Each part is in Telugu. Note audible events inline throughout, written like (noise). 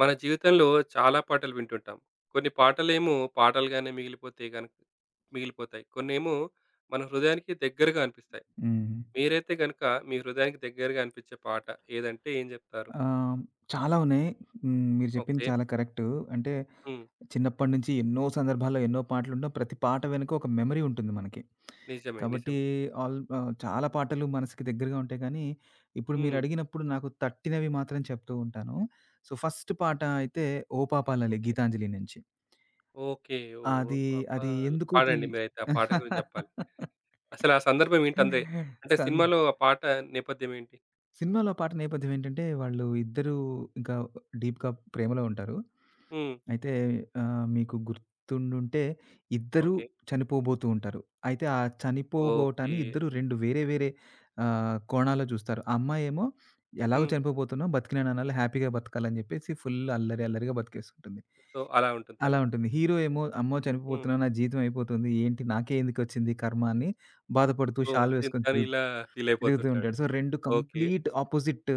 మన జీవితంలో చాలా పాటలు వింటుంటాం. కొన్ని పాటలేమో పాటలుగానే మిగిలిపోతే గనుక మిగిలిపోతాయి. కొన్నేమో మన హృదయానికి దగ్గరగా అనిపిస్తాయి. హ్మ్. మీరైతే గనుక మీ హృదయానికి దగ్గరగా అనిపించే పాట ఏదంటే ఏం జెప్తారు? ఆహ్, చాలా ఉన్నాయి. హ్మ్. మీరు చెప్పింది ఓకే. చాలా కరెక్టు. అంటే హ్మ్. చిన్నప్పటి నుంచి ఎన్నో సందర్భాల్లో ఎన్నో పాటలుంటాం. ప్రతి పాట వెనుక ఒక మెమరీ ఉంటుంది మనకి. నిజమే. నిజమే. కాబట్టి చాలా పాటలు మనసుకి దగ్గరగా ఉంటాయి, కానీ ఇప్పుడు హ్మ్. మీరడిగినప్పుడు నాకు తట్టినవి మాత్రం చెప్తూ ఉంటాను. సో, ఫస్ట్ పాట అయితే 'ఓ పాపా లలే' ఓకే. 'గీతాంజలి' నుంచి. ఓకే. ఓ అది అది పాపాలు ఎందుకో పాడండి తెల్ మీరైతే ఆ పాట గురించి జెప్పాలి. అసలు ఆ సందర్భం ఏంటి అందే అంటే సం సినిమాలో ఆ పాట నేపథ్యం ఏంటి? సినిమాలో ఆ పాట నేపథ్యం ఏంటంటే, వాళ్ళు ఇద్దరూ ఇంకా డీప్‌గా ప్రేమలో ఉంటారు. హ్మ్. అయితే, మీకు గుర్తుండుంటే ఇద్దరూ ఓకే. చనిపోబోతూ ఉంటారు. అయితే ఆ చనిపోబోవటాన్ని ఓకే. ఇద్దరు 2 వేరే వేరే కోణాల్లో చూస్తారు. ఆ అమ్మాయేమో ఎలాగో హ్మ్. చనిపోబోతున్నావు బతికినాననాలి హ్యాపీగా బతకాలని చెప్పేసి ఫుల్ అల్లరి అల్లరిగా బతికేస్తుంటుంది. సో, అలా ఉంటుంది అలా తను. ఉంటుంది. హీరో ఏమో, అమ్మో! హ్మ్. చనిపోబోతున్నాను, నా జీవితం అయిపోతుంది. ఏంటి నాకే ఎందుకొచ్చింది కర్మ అని బాధపడుతూ ఓహ్! షాల్ వేసుకొని తను ఇలా తిరుగుతూ ఫీలయిపోతుంటాడు. ఉంటాడు. So, 2 okay. కంప్లీట్ ఆపోజిట్,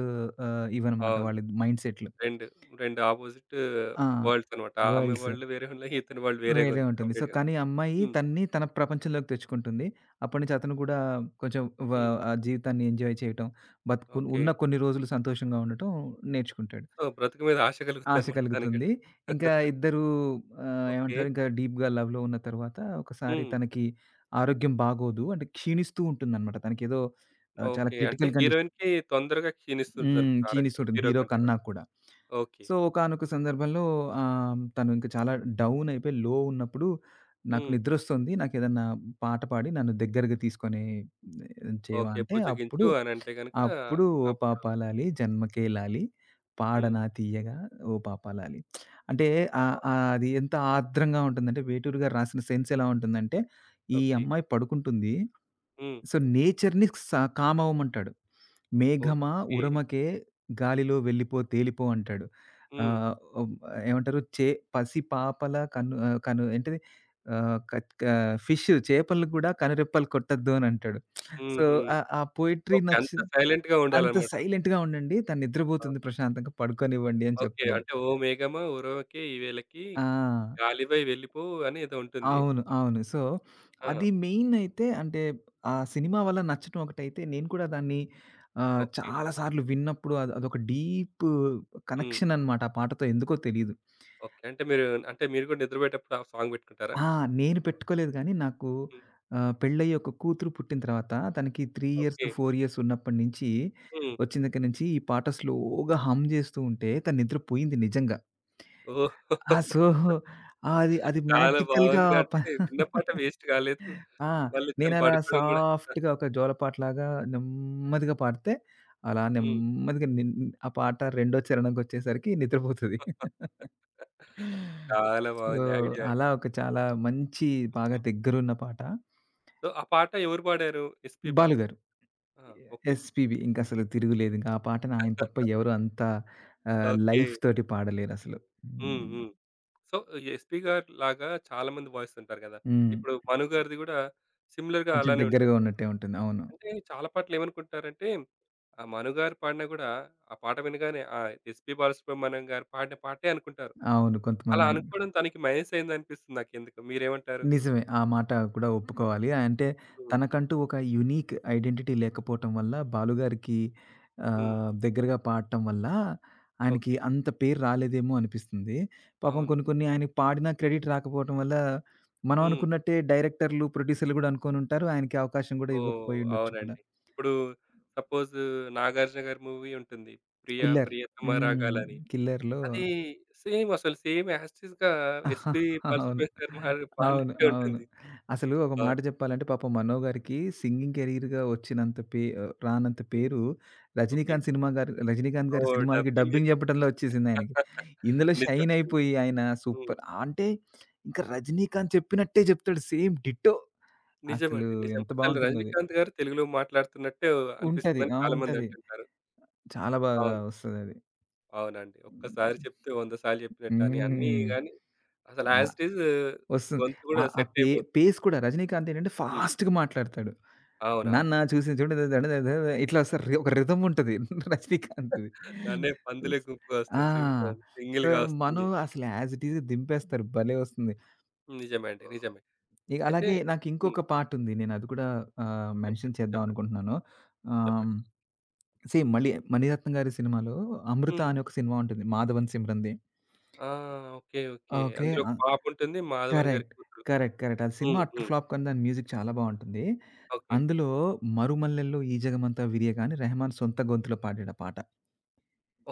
ఇవన్నమాట అవును. వాళ్ళ మైండ్‌సెట్‌లు. 2, 2 అపోజిట్ ఆ! వరల్డ్స్ అన్నమాట. ఆ ఆమె వరల్డ్స్. వరల్డ్ వేరే ఉన్నాయి. ఇతని వరల్డ్ వేరేగా వేరే ఉంది ఉంటుంది. సో, కంప్లీట్‌గా. కానీ ఆ అమ్మాయి హ్మ్. తనని తన ప్రపంచంలోకి తెచ్చుకుంటుంది. అప్పటినుంచి అతను గూడా కొంచెం వ హ్మ్. ఆ జీవితాన్ని ఎంజాయ్ చేయటం, బతుకు ఓకే. ఉన్న కొన్ని రోజులు సంతోషంగా ఉండటం నేర్చుకుంటాడు. సో, బ్రతుకు మీద ఆశ ఆశ కలుగుద్దన్నమాట తనకి కలుగుతుంది. కూడా. ఇంకా (laughs) ఇద్దరూ ఓకే. ఏమంటారు, ఇంకా డీప్‌గా లవ్‌లో ఉన్న తర్వాత ఒకసారి హ్మ్. తనకి ఆరోగ్యం బాగోదు. అంటే క్షీణిస్తూ ఉంటుందనమాట. తనకేదో చాలా ఓకే. అంటే క్రిటికల్ కండిషన్. హీరోయిన్‌కి తొందరగా హ్మ్. క్షీణిస్తుంటదనుకుంటా ఆరోగ్యం. క్షీణిస్తుంటుంది హీరో హీరో కంటే కన్నా కూడా. కూడా. ఓకే. సో, ఒకానొక సందర్భంలో తను ఇంక చాలా డౌన్ అయిపోయి, లో ఉన్నప్పుడు, నాకు హ్మ్. నిద్రొస్తుంది, నాకేదన్నా పాట పాడి నన్ను దగ్గరగా తీసుకొని చేయవా ఓకే. అంటే, అప్పుడు, "భుజగించు" అని అంటే గనుక అప్పుడు 'ఓ అప్ పాపాలాలి జన్మకేలాలి హ్మ్. పాడనా తీయగా ఓ పాపాలాలి' అంటే ఆహ్, అవును. ఆహ్, అది ఎంత ఆర్ద్రంగా ఉంటుందంటే, వేటూరు గారు రాసిన సెన్స్ ఎలా ఉంటుందంటే, ఈ ఓకే. అమ్మాయి పడుకుంటుంది. హ్మ్. సో, నేచర్‌ని స కామవ్వమంటాడు. "మేఘమా ఓకే. ఉరమకే గాలిలో వెళ్ళిపో తేలిపో" అంటాడు. హ్మ్. ఆహ్, ఓబ్ ఏమంటారు? పసి పాపల కను ఏంటిది? ఆహ్, కత్ కా ఫిష్ చేపలు కూడా కనురెప్పలు కొట్టొద్దు అని అంటాడు. సో, హుహు. ఆ పోయెట్రీ ఓకే. నచ్చి అంత సైలెంట్‌గా "అంత ఉండాలన్నమాట. సైలెంట్‌గా ఉండండి. తను ఆ! నిద్రపోతుంది, ప్రశాంతంగా పడుకోనివ్వండి" అని ఓకే. చెప్తాడు. అంటే ఓ మేఘమా ఉరవకే ఈవెళకి ఆ! గాలివై వెళ్ళిపో అని ఏదో ఉంటుంది. అవును, అవును. సో, ఆ! అది మెయిన్ అయితే అంటే ఆ సినిమా వల్ల నచ్చటం ఒకటైతే, నేను కూడా దాన్ని ఓకే. చాలా సార్లు విన్నప్పుడు అది అదొక డీప్ హ్మ్. కనెక్షన్ అనమాట ఆ పాటతో, ఎందుకో తెలీదు. ఓకే. అంటే మీరు అంటే మీరు గూడా నిద్రపోయేటప్పుడు ఆ సాంగ్ పెట్టుకుంటారా? ఆ! నేను పెట్టుకోలేదు గానీ నాకు హ్మ్. పెళ్ళయ్యి ఒక కూతురు పుట్టిన తర్వాత తనకి 3 ఇయర్స్, ఓకే. 4 ఇయర్స్ ఉన్నప్పటి నుంచి హ్మ్. వచ్చిన దగ్గర నుంచి ఈ పాట స్లోగా హమ్ జేస్తూ ఉంటే తను నిద్రపోయింది నిజంగా. ఓహ్! ఆ! సో, అది అది చాలా మ్యాజికల్‌గా బావుందిగా ప అంటే విన్న పాట వేస్ట్ కాలేదు. ఆ! మళ్ళీ తను నేనలా పడుకోవడం గూడా సాఫ్ట్‌గా ఒక జోలపాటలాగా నెమ్మదిగా పాడితే, అలా హ్మ్. నెమ్మదిగా నిన్ ఆ పాట రెండో చరణంకొచ్చేసరికి నిద్రపోతది. చాలా సో, బావుంది ఐడియా. అలా ఒక చాలా మంచి, బాగా దగ్గరున్న పాట. సో, ఆ పాట ఎవరు పాడారు? 'ఎస్‌పీ బాల' 'బాలు' గారు. ఆ! ఓకే. ఎస్‌పీబీ ఇంకసలు తిరుగులేదు. ఇంక ఆ పాటని ఆయన తప్ప ఎవరు అంత ఓకే. లైఫ్ తోటి పాడలేరసలు. హ్మ్. హ్మ్. హ్మ్. సో, ఈ 'ఎస్పీ' గారిలాగా చాలామంది వాయిస్తుంటారు గదా! హ్మ్. ఇప్పుడు 'మను' గారిది గూడా సిమిలర్‌గా కొంచెం అలానే దగ్గరగా ఉంటుంది. ఉన్నట్టే ఉంటుంది. అవును. అంటే చాలా పాటలు ఏమనుకుంటారంటే, ఆ 'మను' గారు పాడినా గూడా, ఆ పాట వినగానే ఆ 'ఎస్పీ బాలసుబ్రహ్మణ్యం' గారు పాడిన పాటే అనుకుంటారు. అవును, అలా కొంతమంది. అనుకోవడం తనకి మైనస్ అయిందనిపిస్తుంది నాకెందుకో. మీరేమంటారు? నిజమే, ఆ మాట కూడా ఒప్పుకోవాలి. అంటే హ్మ్. తనకంటూ ఒక యూనిక్ ఐడెంటిటీ లేకపోవటం వల్ల, బాలుగారికి హ్మ్. దగ్గరగా పాడటం వల్ల ఆయనకి ఓకే. అంత పేరు రాలేదేమో అనిపిస్తుంది. పాపం అవును. కొన్ని కొన్ని ఆయనకి పాడిన క్రెడిట్ రాకపోవటం వల్ల, మనం హ్మ్. అనుకున్నట్టే డైరెక్టర్లు, ప్రొడ్యూసర్లు గూడా అనుకోనుంటారు. ఆయనకి అవకాశం గూడా ఓహ్! ఇవ్వకపోయుండొచ్చు కూడా. అవునండి. ఇప్పుడు సపోజ్ 'నాగార్జున' గారి మూవీ ఉంటుంది. 'ప్రియ కిల్లర్. ప్రియతమ హ్మ్. రాగాలని.' 'కిల్లర్‌లో.' అది సేమ్ అసలు సేమ్ యాజ్ టీజ్‌గా 'ఎస్‌పీ అవును, బాలసుబ్రహ్మణ్యం గారు' అవును, పాడినట్టే అవును. ఉంటుంది. అసలు ఒక మాట అవును. చెప్పాలంటే, పాపం 'మనో' గారికి సింగింగ్ కెరీర్‌గా వచ్చినంత రానంత హ్మ్. పేరు ఓకే. 'రజనీకాంత్' సినిమా గారు 'రజనీకాంత్' గారి ఓహ్! సినిమాలకి డబ్బింగ్ డబ్బింగ్ చేస్ చెప్పడంలో వచ్చేసిందాయనకి. (laughs) ఇందులో షైన్ నిజమండి. అయిపోయి ఆయన హ్మ్. సూపర్ అంటే ఇంకా 'రజనీకాంత్' చెప్పినట్టే చెప్తాడు, సేమ్ డిట్టో. అసలు నిజమండి. నిజం. ఎంత అసలు బావుంటుందది. 'రజనీకాంత్' గారు తెలుగులో మాట్లాడుతున్నట్టే ఉంటది, అనిపిస్తుందని ఆ! చాలామంది ఉంటది. అంటుంటారు. చాలా బాగా అవును. వస్తదది. అవునండి. ఒక్కసారి చెప్తే 100 సార్లు చెప్పినట్టు అని అన్నీ హ్మ్. గాని అసలు యాజ్ టీజ్ వస్తుంది. గొంతు కూడా ఆహ్, ఆ సెట్ పే అయిపోతుంది. పేస్ కూడా, రజనీకాంత్ ఏంటంటే హ్మ్. ఫాస్ట్‌గా మాట్లాడతాడు. అవునవును. నాన్న చూసి చూడు, ఇట్లా వస్తారు. ఒక రిథమ్ ఉంటది (laughs) రజనీకాంత్‌ది. (laughs) నన్నే పందులే గుంపుగా ఆ! వస్తాయి. సింహం సో, సింగిల్‌గా మను వస్తుంది. అసలు యాజ్ ఇట్ ఈజ్ దింపేస్తారు. భలే వస్తుంది. నిజమే అండి. నిజమే. ఇగ అయితే అలాగే నాకు హ్మ్. ఇంకొక పార్ట్ ఉంది. నేను అది కూడా మెన్షన్ చెప్పండి. చేద్దాం చెప్పండి. అనుకుంటున్నాను. ఆహ్, చెప్పండి. సేమ్ మళ్ళీ మణిరత్నం గారి సినిమాలో 'అమృత' హ్మ్. అనే ఒక సినిమా ఉంటుంది. మాధవన్, సిమ్రన్‌ది. ఆ! ఓకే. ఓకే. ఓకే. అందులో ఒక పాప ఉంటుంది. మాధవన్ గారి కరెక్ట్. కూతురు. కరెక్ట్. కరెక్ట్. అది సినిమా హ్మ్. అట్టర్ హ్మ్. ఫ్లాప్, కానీ దాని మ్యూజిక్ చాలా బావుంటుంది. ఓకే. అందులో 'మరుమల్లెల్లో ఈ జగమంతా విరియగా' అని రెహమాన్ సొంత గొంతులో పాడాడు ఆ పాట.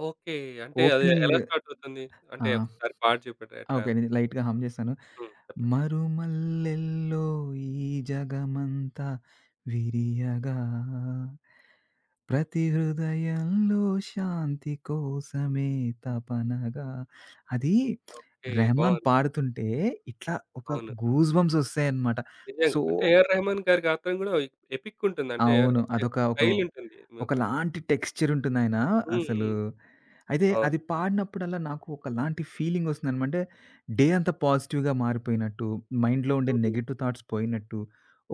ఓకే. అంటే అది ఓపెనింగ్. ఎలా స్టార్ట్ అవుతుంది? అంటే ఆ! ఒకసారి పాట చెప్పండి ఎట్లా? ఓకే. నేను లైట్‌గా హమ్ చేశాను. హ్మ్. చెప్పండి. మరుమల్లెల్లో ఈ జగమంతా విరియగా, ప్రతి హృదయంలో శాంతి కోసమే తపనగా. అది ఓకే. రెహమాన్ బాగుంది. పాడుతుంటే ఇట్లా ఒక అవును. గూస్ బంప్స్ వస్తాయన్నమాట. సో నిజంగా. అంటే ఏఆర్ రెహమాన్ గారి గాత్రం గూడా ఎపిక్ ఉంటుంది. అంటే అవును. అంటే అదొక స్టైల్ ఉంటుంది. ఒకలాంటి టెక్స్చరుంటుందాయన హ్మ్. అసలు. హ్మ్. అయితే అవును. అది పాడినప్పుడల్లా నాకు ఒకలాంటి ఫీలింగొస్తుందనమాట. అంటే డే అంతా పాజిటివ్‌గా మారిపోయినట్టు, మైండ్‌లో ఉండే హ్మ్. నెగెటివ్ థాట్స్ పోయినట్టు,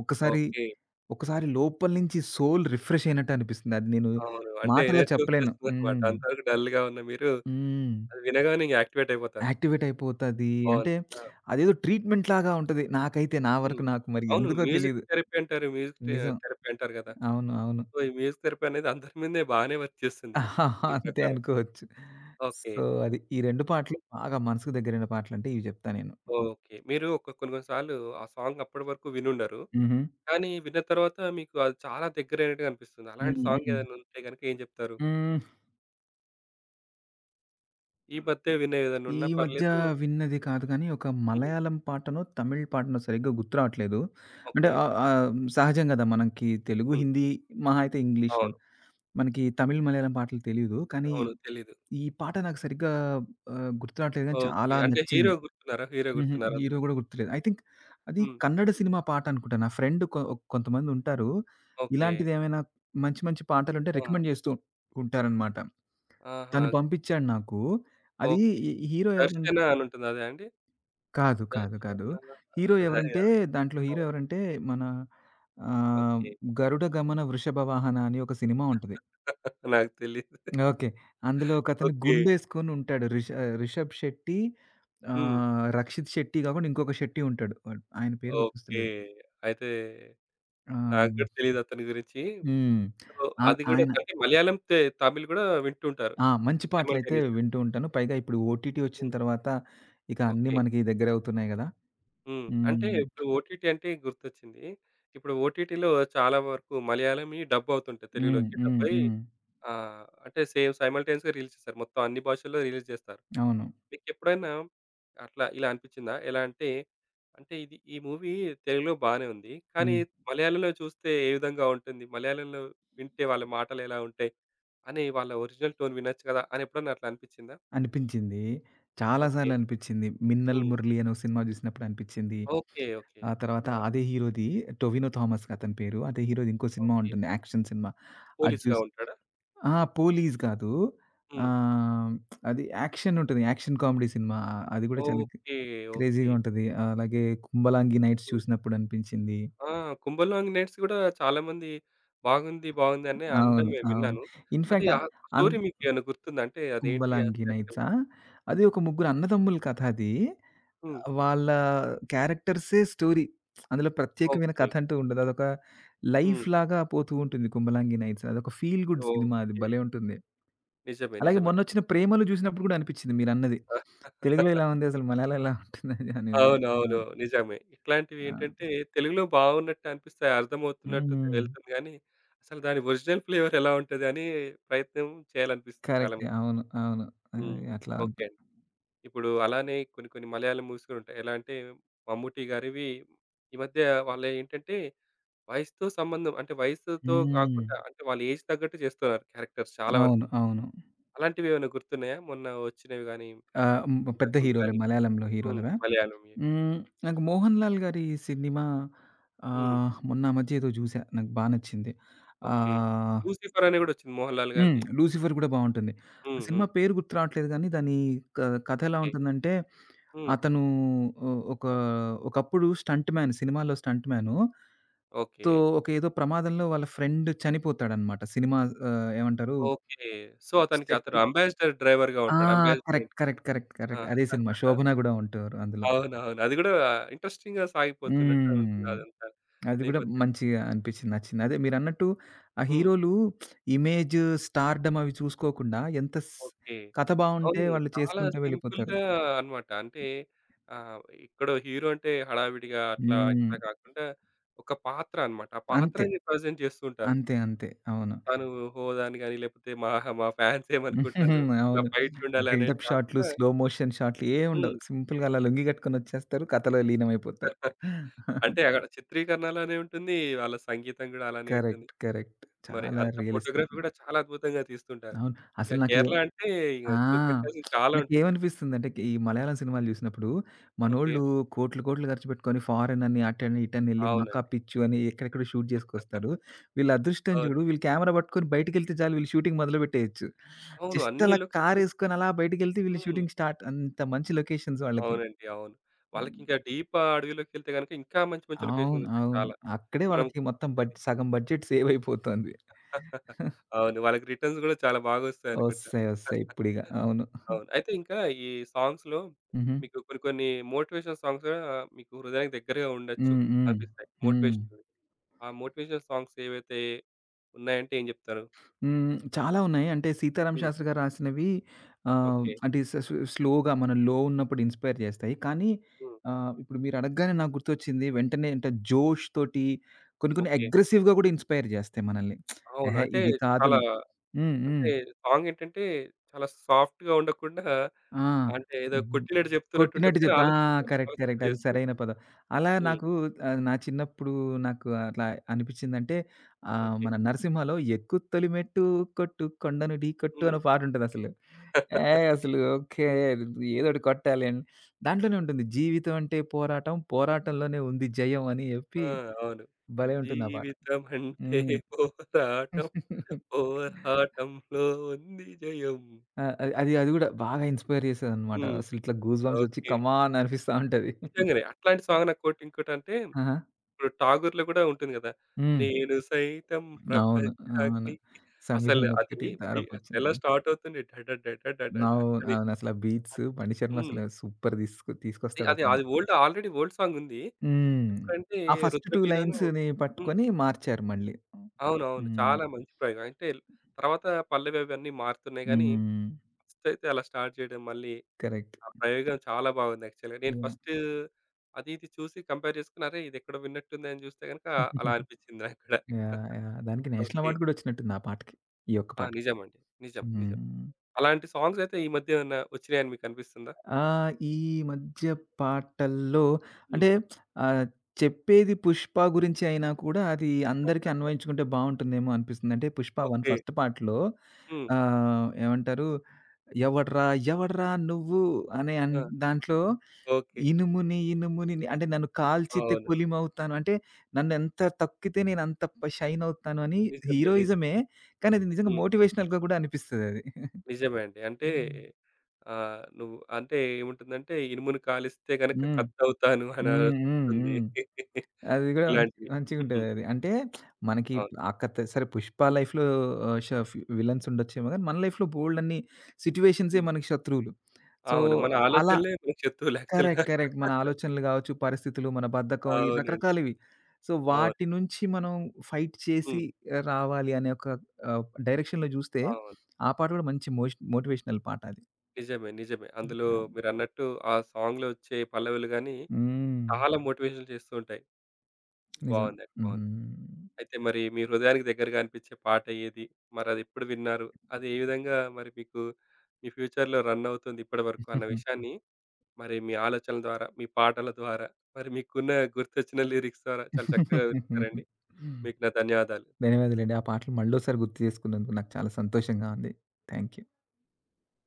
ఒక్కసారి ఓకే. ఒక్కసారి లోపల నుంచి సోల్ రిఫ్రెష్ అయినట్టు అనిపిస్తుంది. అది నేను అవును. అంటే మాటల్లో ఎనర్జీ చెప్పలేను. వచ్చేస్తుందన్నమాట. హ్మ్. అంతవరకు డల్‌గా ఉన్న మీరు హ్మ్. అది వినగానే ఇంక యాక్టివేట్ అయిపోతారు. యాక్టివేట్ అయిపోతది. అంటే బాగుంది. ఆ! అదేదో ట్రీట్‌మెంట్ లాగా ఉంటది. నాకైతే, నా వరకు హ్మ్. నాకు, మరి అవును. ఎందుకో మ్యూజిక్ తెలీదు. థెరపీ అంటారు. మ్యూజిక్ థె నిజం. థెరపీ అంటారు గదా! అవును, అవును. సో, ఈ మ్యూజిక్ థెరపీ అనేది అందరి మీదే బానే వర్క్ చేస్తుంది మీ అంతే ప్రకారం. అనుకోవచ్చు. ఓకే. సో, అది. ఈ 2 పాటలు హ్మ్. బాగా మనసుకు దగ్గరైన పాటలంటే ఇవి చెప్తా నేను. ఓకే. మీరు ఒక కొన్ని కొన్ని సార్లు ఆ సాంగ్ అప్పటి వరకు వినుండరు. హుహు. కానీ విన్న తర్వాత మీకు అది చాలా దగ్గరైనట్టుగా అనిపిస్తుంది. అలాంటి హ్మ్. సాంగ్ హ్మ్. ఏదైనా ఉంటే గనుక ఏం జెప్తారు? హ్మ్. ఈ మధ్య విన్న ఏదైనా ఈ ఉన్నా మధ్య పర్లేదు విన్నది కాదు కానీ, ఒక హ్మ్. మలయాళం పాటనో, తమిళ్ పాటనో సరిగ్గా గుర్తు రావట్లేదు. అంటే ఓకే. ఆహ్, ఆహ్, సహజం కదా! మనకి తెలుగు, హ్మ్. హిందీ, మహా అయితే ఇంగ్లీషు. అవును. మనకి తమిళ్, మలయాళం పాటలు తెలీదు. కానీ అవును. తెలీదు. ఈ పాట నాకు సరిగ్గా గుర్తు రావట్లేదు కానీ ఓకే. చాలా అంటే నచ్చింది. హీరో గుర్తున్నారా? హీరో హుహు. గుర్తున్నారా హీరో అందులో? గూడా గుర్తులేదు. ఐ థింక్ అది హ్మ్. కన్నడ సినిమా పాట అనుకుంటా. నా ఫ్రెండ్ కొ కొంతమందుంటారు. ఓకే. ఇలాంటిదేమైనా మంచి మంచి పాటలుంటే ఆ! రికమెండ్ జేస్తూ ఉంటారనమాట. ఆహా! తను పంపిచ్చాడు నాకు. అది ఓకే. ఈ హీరో ఎవరం 'దర్శన' అని ఉంటది అదా అండి? కాదు, కాదు, కాదు. దర్శనా హీరో ఉంటదా? ఎవరంటే, దాంట్లో హీరో ఆహా! ఎవరంటే మన ఆహ్, ఓకే. 'గరుడ గమన వృషభ వాహన' అని ఒక సినిమా ఉంటది. (laughs) నాకు తెలీదు. ఓకే. అందులో ఒకతను ఓకే. గుండేసుకొనుంటాడు. రిషబ్ శెట్టి, హ్మ్. రక్షిత్ శెట్టి గాకుండా ఇంకొక శెట్టి ఉంటాడు. వాడు, ఆయన పేరు ఓకే. గుర్తొస్తలేదు. అయితే ఆ! నాకు కూడా తెలీదు అతని గురించి. హ్మ్. సో, ఆహ్, అది కూడా ఆయన అంటే మలయాళం, తమిళ్ కూడా వింటుంటారు ఆ! మంచి పాటలైతే సైమల్టేనియస్‌గా. వింటూ ఉంటాను. పైగా ఇప్పుడు ఓటీటీ వచ్చిన హ్మ్. తర్వాత ఇక అన్నీ ఓకే. మనకి దగ్గరవుతున్నాయి గదా! హ్మ్. అంటే హ్మ్. ఇప్పుడు ఓటీటీ అంటే గుర్తొచ్చింది. ఇప్పుడు ఓటీటీలో చాలా వరకు మలయాళంవి డబ్ అవుతుంటాయి. హ్మ్. తెలుగులోకి డబ్ హ్మ్. అయ్యి హ్మ్. అంటే సేమ్ సైమల్టేనియస్‌గా రిలీజ్ చేస్తారు. మొత్తం అన్ని భాషల్లో రిలీజ్ చేస్తారు. అవును. మీకెప్పుడైనా అట్లా ఇలా అనిపించిందా? ఎలా అంటే, అంటే ఇది ఈ మూవీ తెలుగులో బానే ఉంది. కానీ హ్మ్. మలయాళంలో చూస్తే ఏ విధంగా ఉంటుంది? మలయాళంలో వింటే వాళ్ళ మాటలు ఎలా ఉంటాయి? అని వాళ్ళ ఒరిజినల్ టోన్ వినొచ్చు కదా! అని ఎప్పుడన్నా అట్లా అనిపించిందా? అనిపించింది, చాలా ఓకే. సార్లు అనిపిచ్చింది. 'మిన్నల్ హ్మ్. మురళి' అని ఒక సినిమా జూసినప్పుడు అనిపిచ్చింది. ఓకే. ఓకే. ఆ తర్వాత ఆ! అదే హీరోది, 'టొవినో థామస్' అతని పేరు. అదే హీరోది ఇంకో సినిమా ఓకే. ఉంటుంది, యాక్షన్ సినిమా. అది పోలీస్‌గా జూసి ఉంటాడా? ఆ! 'పోలీస్' కాదు. హ్మ్. ఆహ్, అది యాక్షన్ ఉంటుంది, యాక్షన్ కామెడీ సినిమా. అది గూడా చాలా ఓకే. ఓకే. క్రేజీగా ఉంటది. అలాగే 'కుంభలాంగి నైట్స్' హ్మ్. చూసినప్పుడు అనిపించింది. ఆ! 'కుంభల్‌వాంగ్ నైట్స్' కూడా చాలామంది బాగుంది, బాగుంది అని అనడం అవును, నేను అవును. విన్నాను. అది ఇన్‌ఫాక్ట్ ఆ అన్ స్టోరీ మీకేమైనా గుర్తుందా? అంటే అదేంటి 'కుంభలాంగి అసలు నైట్సా?' యాక్చువల్‌గా? అది ఒక ముగ్గురు అన్నదమ్ముల కథ అది. హ్మ్. వాళ్ళ క్యారెక్టర్సే స్టోరీ. అందులో ప్రత్యేకమైన ఓకే. కథ అంటూ ఉండదు. అదొక లైఫ్ హ్మ్. లాగా పోతూ ఉంటుంది 'కుంభలాంగి నైట్స్.' అదొక ఫీల్ గుడ్ సినిమా, అది ఓకే. భలే ఉంటుంది. నిజమే. అలాగే నిజమే. మొన్నొచ్చిన 'ప్రేమలు' చూసినప్పుడు కూడా అనిపించింది మీరన్నది. తెలుగులో ఇలా ఉంది, అసలు మలయాళంలో ఎలా ఉంటుందని అని. అవునవును. అవును. నిజమే. ఆ! ఇట్లాంటివేంటంటే తెలుగులో బాగున్నట్టు అనిపిస్తాయి. అర్థమవుతున్నట్టు హ్మ్. వెళ్తుంది గానీ, అసలు దాని ఒరిజినల్ ఫ్లేవర్ ఎలా ఉంటది అని ప్రయత్నం చేయాలనిపిస్తుంది చాలా కరెక్టే, మందికి. అవును, అవును. అది హ్మ్. అట్లా ఓకే అనిపి అండి. ఇప్పుడు అలానే కొన్ని కొన్ని మలయాళం మూవీస్ కూడా ఉంటాయి. ఎలా అంటే 'మమ్ముట్టి' గారివి ఈ మధ్య వాళ్ళేంటంటే వయసుతో సంబంధం అంటే వయసుతో హ్మ్. కాకుండా అంటే వాళ్ళ ఏజ్ తగ్గట్టు చేస్తున్నారు క్యారెక్టర్స్ చాలా వరకు. అవును, అవును. అలాంటివేమైనా గుర్తున్నాయా? మొన్న వచ్చినవి గాని? హ్మ్. పెద్ద ఇంతకుముందు హీరోలే గాని. మలయాళంలో హ్మ్. హీరోలవా? మలయాళంవి. హ్మ్. నాకు 'మోహన్ లాల్' గారి సినిమా హ్మ్. మొన్న ఆ మధ్య ఏదో జూసా. నాకు బా నచ్చింది. ఓకే. ఆహ్, 'లూసిఫర్' అని గూడా వచ్చింది మోహన్ లాల్ హ్మ్. గారిది. 'లూసిఫర్' గూడా బావుంటుంది. ఆ హ్మ్. సినిమా హ్మ్. పేరు గుర్తు రావట్లేదు గానీ, దాని క కథ ఎలా ఓకే. ఉంటుందంటే, హ్మ్. అతను ఒ ఒక ఒకప్పుడు స్టంట్ మ్యాన్, సినిమాలో స్టంట్ మ్యాను. ఓకే. తో ఒక ఏదో ప్రమాదంలో వాళ్ళ ఫ్రెండ్ చనిపోతాడనమాట. సినిమా, ఏమంటారు ఓకే. సో, అతనికి సెట్ అతను అంబాసిడర్ డ్రైవర్‌గా ఆ! ఉంటాడు. Ambassador correct. In correct. Correct. ఆ! కరెక్ట్. అదే సినిమా. శోభన గూడా ఉంటారు అందులో. అవునవును. అది గూడా ఇంట్రెస్టింగ్‌గా సాగిపోతున్నట్టు ఉంటుంది హ్మ్. అదంతా అది గూడా నేపథ్యం. మంచిగా అనిపించింది, నచ్చింది. అదే మీరన్నట్టు ఆ హ్మ్. హీరోలు ఇమేజ్, స్టార్‌డమ్ అవి చూసుకోకుండా ఎంత స్ ఓకే. కథ బావుంటే అవును. వాళ్ళు చాలా చేసుకుంటూ వెళ్ళిపోతారు. సింపుల్‌గా అన్నమాట. అంటే ఆహ్, ఎక్కడో హీరో అంటే హడావిడిగా అట్లా, హ్మ్. ఇట్లా కాకుండా ఒక పాత్ర అన్నమాట. ఆ అంతే, పాత్రని ప్రెజెంట్ చేస్తూ ఉంటారు. అంతే, అంతే. అవును. తను హోదా అని గాని, లేపోతే మా మా ఫ్యాన్స్ ఏమనుకుంటారు, (laughs) ఇలా అవును. ఫైట్లుండాలి అనేది బిల్డప్ షాట్‌లు, కాకుండా స్లో మోషన్ షాట్‌లు ఏం ఉండవు. హ్మ్. సింపుల్‌గా అలా లొంగి కట్టుకొని వచ్చేస్తారు, కథలో లీనమైపోతారు. (laughs) అంటే అక్కడ చిత్రీకరణ అలానే ఉంటుంది. వాళ్ళ సంగీతం గూడా అలానే ఉంటుంది. Correct, correct. మరి చాలా అంత ఫోటోగ్రఫీ రియలిస్టిక్‌గా. గూడా చాలా అద్భుతంగా తీస్తుంటారు. అవును. ఇక అసలు నాకే కేరళ అంటే ఇక ఆ! చూపెట్టాల్సింది చాలా ఉంటుంది. నాకేమనిపిస్తుందంటే, ఈ మలయాళం సినిమాలు జూసినప్పుడు, ఓకే. మనోళ్ళు కోట్లు, కోట్లు ఖర్చు పెట్టుకొని ఫారెన్ అని, అటని, ఇటనెళ్లి మకా అవునండి. పిచ్చు అని ఎక్కడెక్కడో షూట్ జేసుకొస్తారు. (laughs) వీళ్ళ అదృష్టం అవును. జూడు, వీళ్ళు కెమెరా పట్టుకొని బయటికెళ్తే చాలు, వీళ్ళు షూటింగ్ మొదలుపెట్టేయొచ్చు. అవును. జస్ట్ అన్ని అలా లొకేషన్స్ కారేసుకొని అలా బయటికెళ్తే వీళ్ళు హ్మ్. Shooting start. అంత మంచి లొకేషన్స్ వాళ్ళకి. అవునండి. అవును. హ్మ్. వాళ్ళకింకా డీప్ అడవిలోకెళ్తే గనుక ఇంకా మంచి మంచి అవును, లొకేషన్స్ ఉంటాయి అవును. చాలా. అక్కడే మనం వాళ్ళకి మొత్తం చూపిచ్చేది. సగం బడ్జెట్ సేవ్ అయిపోతోంది. (laughs) అవును. వాళ్ళకి రిటర్న్స్ గూడా చాలా బాగొస్తాయనుకుంటా. ఒస్తాయి, ఒస్తాయి (laughs) ఇప్పుడిగ. అవును. అవును. అయితే ఇంకా ఈ సాంగ్స్‌లో హుహు. మీకు కొన్ని కొన్ని మోటివేషనల్ సాంగ్స్ గూడా మీకు హృదయానికి దగ్గరగా ఉండొచ్చు హ్మ్. హ్మ్. అనిపిస్తాయి. హ్మ్. మోటివేషనల్. ఆ మోటివేషనల్ సాంగ్స్ ఏవైతే ఉన్నాయంటే ఏం జెప్తారు? హ్మ్. చాలా ఉన్నాయి. అంటే 'సీతారామ హ్మ్. శాస్త్రి' గారు రాసినవి ఓకే. అంటే స్ స్ స్లోగా మనం లో ఉన్నప్పుడు ఇన్‌స్పైర్ జేస్తాయి. కానీ హ్మ్. ఇప్పుడు మీరు అడగగానే నాకు గుర్తొచ్చింది. వెంటనే అంటే, జోష్ తోటి కొన్ని కొన్ని ఓకే. అగ్రెసివ్‌గా గూడా ఇన్‌స్పైర్ జేస్తాయి మనల్ని. అవును. ఎహే! అంటే ఇది చాలా కాదులే. హ్మ్. హ్మ్. అంటే సాంగ్ ఏంటంటే చాలా సాఫ్ట్‌గా ఉండకుండా ఆ! అంటే ఏదో హ్మ్. కొట్టినట్టు జెప్తున్నట్టు ఉంటది కొట్టినట్టు కానీ చెప్తా, ఆ! కరెక్ట్, కరెక్ట్, అది ఆలోచింపజేస్తూ సరైన ఉంటది. పదం. అలా హ్మ్. నాకు, నా చిన్నప్పుడు నాకు అట్లా అనిపిచ్చిందంటే, ఓకే. మన 'నరసింహలో' 'ఎక్కు తొలిమెట్టు కొట్టు కొండను ఢీకొట్టు' హ్మ్. అని పాటుంటదసలు. ఏయ్! (laughs) అసలు, ఓకే, ఏదోటి కొట్టాలి అని. దాంట్లోనే ఉంటుంది, జీవితం అంటే పోరాటం, పోరాటంలోనే ఉంది జయం అని చెప్పి ఆ! అవును. భలే ఉంటుంది ఆ పాట. జీవితం అంటే హ్మ్. పోరాటం. పోరాటంలో ఉంది జయం. ఆ! అది అది అది గూడా బాగా ఇన్‌స్పైర్ చేసేదనమాట. హ్మ్. అసలు ఇట్లా గూస్ బంప్స్ వచ్చి ఓకే. కమాన్ అనిపిస్తా ఉంటది. నిజంగానే. అట్లాంటి సాంగ్ నాకు ఒకటి ఇంకోటంటే ఆహా! ఇప్పుడు 'ఠాగూర్‌లో' కూడా ఉంటుంది గదా! హ్మ్. నేను సైతం అవును, అవును. ప్రపంచానికి 'సమిధి' అసలు అది ఒకటి అసలు ఎలా ధారపోచింది. స్టార్ట్ అవుతుంది డ డ డ డ డ డ డ అవును, అని. అవును. అసలు ఆ బీట్స్ బండి శర్మ హ్మ్. అసలు సూపర్ అది తీసుకొస్తాడు ఆ అది సాంగ్. అది ఓల్డ్ ఆల్రెడీ ఓల్డ్ సాంగ్ ఉంది. హ్మ్. ఎప్పుడంటే ఆ ఫస్ట్ 2 రుద్రవీణను లైన్స్‌ని హ్మ్. పట్టుకొని మార్చారు మళ్ళీ. అవునవును. హ్మ్. చాలా మంచి ప్రయోగం. అంటే తర్వాత పల్లవి అవన్నీ మారుతున్నాయి గానీ హ్మ్. ఫస్ట్ అయితే అలా స్టార్ట్ చేయడం మళ్ళీ కరెక్ట్. ఆ ప్రయోగం చాలా బాగుంది యాక్చువల్‌గా. నేను యాహ్, ఫస్ట్ అది ఇది చూసి కంపేర్ చేసుకుని అరే! ఇది ఎక్కడో విన్నట్టుంది అని చూస్తే గనుక అలా అనిపించింది నాకు కూడా. Yeah, (laughs) yeah! దానికి నేషనల్ ఓకే. అవార్డ్ కూడా వచ్చినట్టుంది ఆ పాటకి, ఈ ఒక్క ఆ! పాటకి. నిజమండి. నిజం. నిజం. హ్మ్. అలాంటి సాంగ్స్ అయితే ఈ మధ్య ఏమన్నా వచ్చినాయని మీకు అనిపిస్తుందా? ఆ! ఈ మధ్య పాటల్లో అంటే, హ్మ్. ఆహ్, చెప్పేది 'పుష్ప' గురించి అయినా కూడా అది అందరికీ (laughs) అన్వయించుకుంటే బావుంటుందేమో అనిపిస్తుంది. అంటే 'పుష్ప 1' ఓకే. ఫస్ట్ పార్ట్‌లో హ్మ్. ఏమంటారు? "ఎవడ్రా ఎవడ్రా నువ్వు" అనే ఆ! దాంట్లో ఓకే. "ఇనుముని ఇనుముని అంటే నన్ను కాల్చితే అవును. కులిమవుతాను" అంటే నన్ను ఎంత తొక్కితే నేను అంత షైన్ అవుతాను అని, నిజమే. నిజం. హీరోయిజమే. కానీ అది నిజంగా హ్మ్. మోటివేషనల్‌గా కూడా అనిపిస్తదది. నిజమే అండి. అంటే హ్మ్. నువ్వు అంటే ఏముంటుందంటే ఇనుమును కాలిస్తే గనక హ్మ్. కత్తవుతాను అని హ్మ్. హ్మ్. వస్తుంది. హ్మ్. (laughs) అది గూడా మంచి ఇలాంటివి. హ్మ్. మంచిగుంటదది. అంటే మనకి అవును. అక్క త సరే, 'పుష్ప' లైఫ్‌లో ఆహ్, ష ఫ్ విలన్స్ ఉండొచ్చేమో గానీ, మన లైఫ్‌లో బోలెడన్ని సిట్యుయేషన్సే హ్మ్. మనకి శత్రువులు. సో, అవును. మన అలా, ఆలోచనలే మనకు శత్రువులు యాక్చువల్‌గా. Correct, correct. మన ఆలోచనలు గావచ్చు, పరిస్థితులు, మన బద్ధకం, ఈ అవునండి. రకరకాలివి. సో, అవును. వాటి నుంచి మనం ఫైట్ చేసి హ్మ్. రావాలి అనే ఒక డైరెక్షన్‌లో జూస్తే, అవును. ఆ పాట గూడా మంచి మోటివేషనల్ పాట అది. నిజమే. నిజమే. అందులో మీరన్నట్టు ఆ సాంగ్‌లో వచ్చే పల్లవులు గాని, హ్మ్. చాలా మోటివేషన్ చేస్తూ ఉంటాయి. నిజం. బావుందండి. బావుంది. హ్మ్. అయితే మరి మీ హృదయానికి దగ్గరగా అనిపించే పాట ఏది? మరదెప్పుడు విన్నారు? అది ఏ విధంగా మరి మీకు మీ ఫ్యూచర్‌లో రన్ అవుతుంది ఇప్పటివరకు అన్న (laughs) విషయాన్ని, మరి మీ ఆలోచనల ద్వారా, మీ పాటల ద్వారా, మరి మీకున్న గుర్తొచ్చిన లిరిక్స్ ద్వారా చాలా చక్కగా వివరించారండి. మీకు నా ధన్యవాదాలు. ధన్యవాదాలండి. ఆ పాటలు మళ్ళోసారి గుర్తు చేసుకున్నందుకు నాకు చాలా సంతోషంగా ఉంది. Thank you.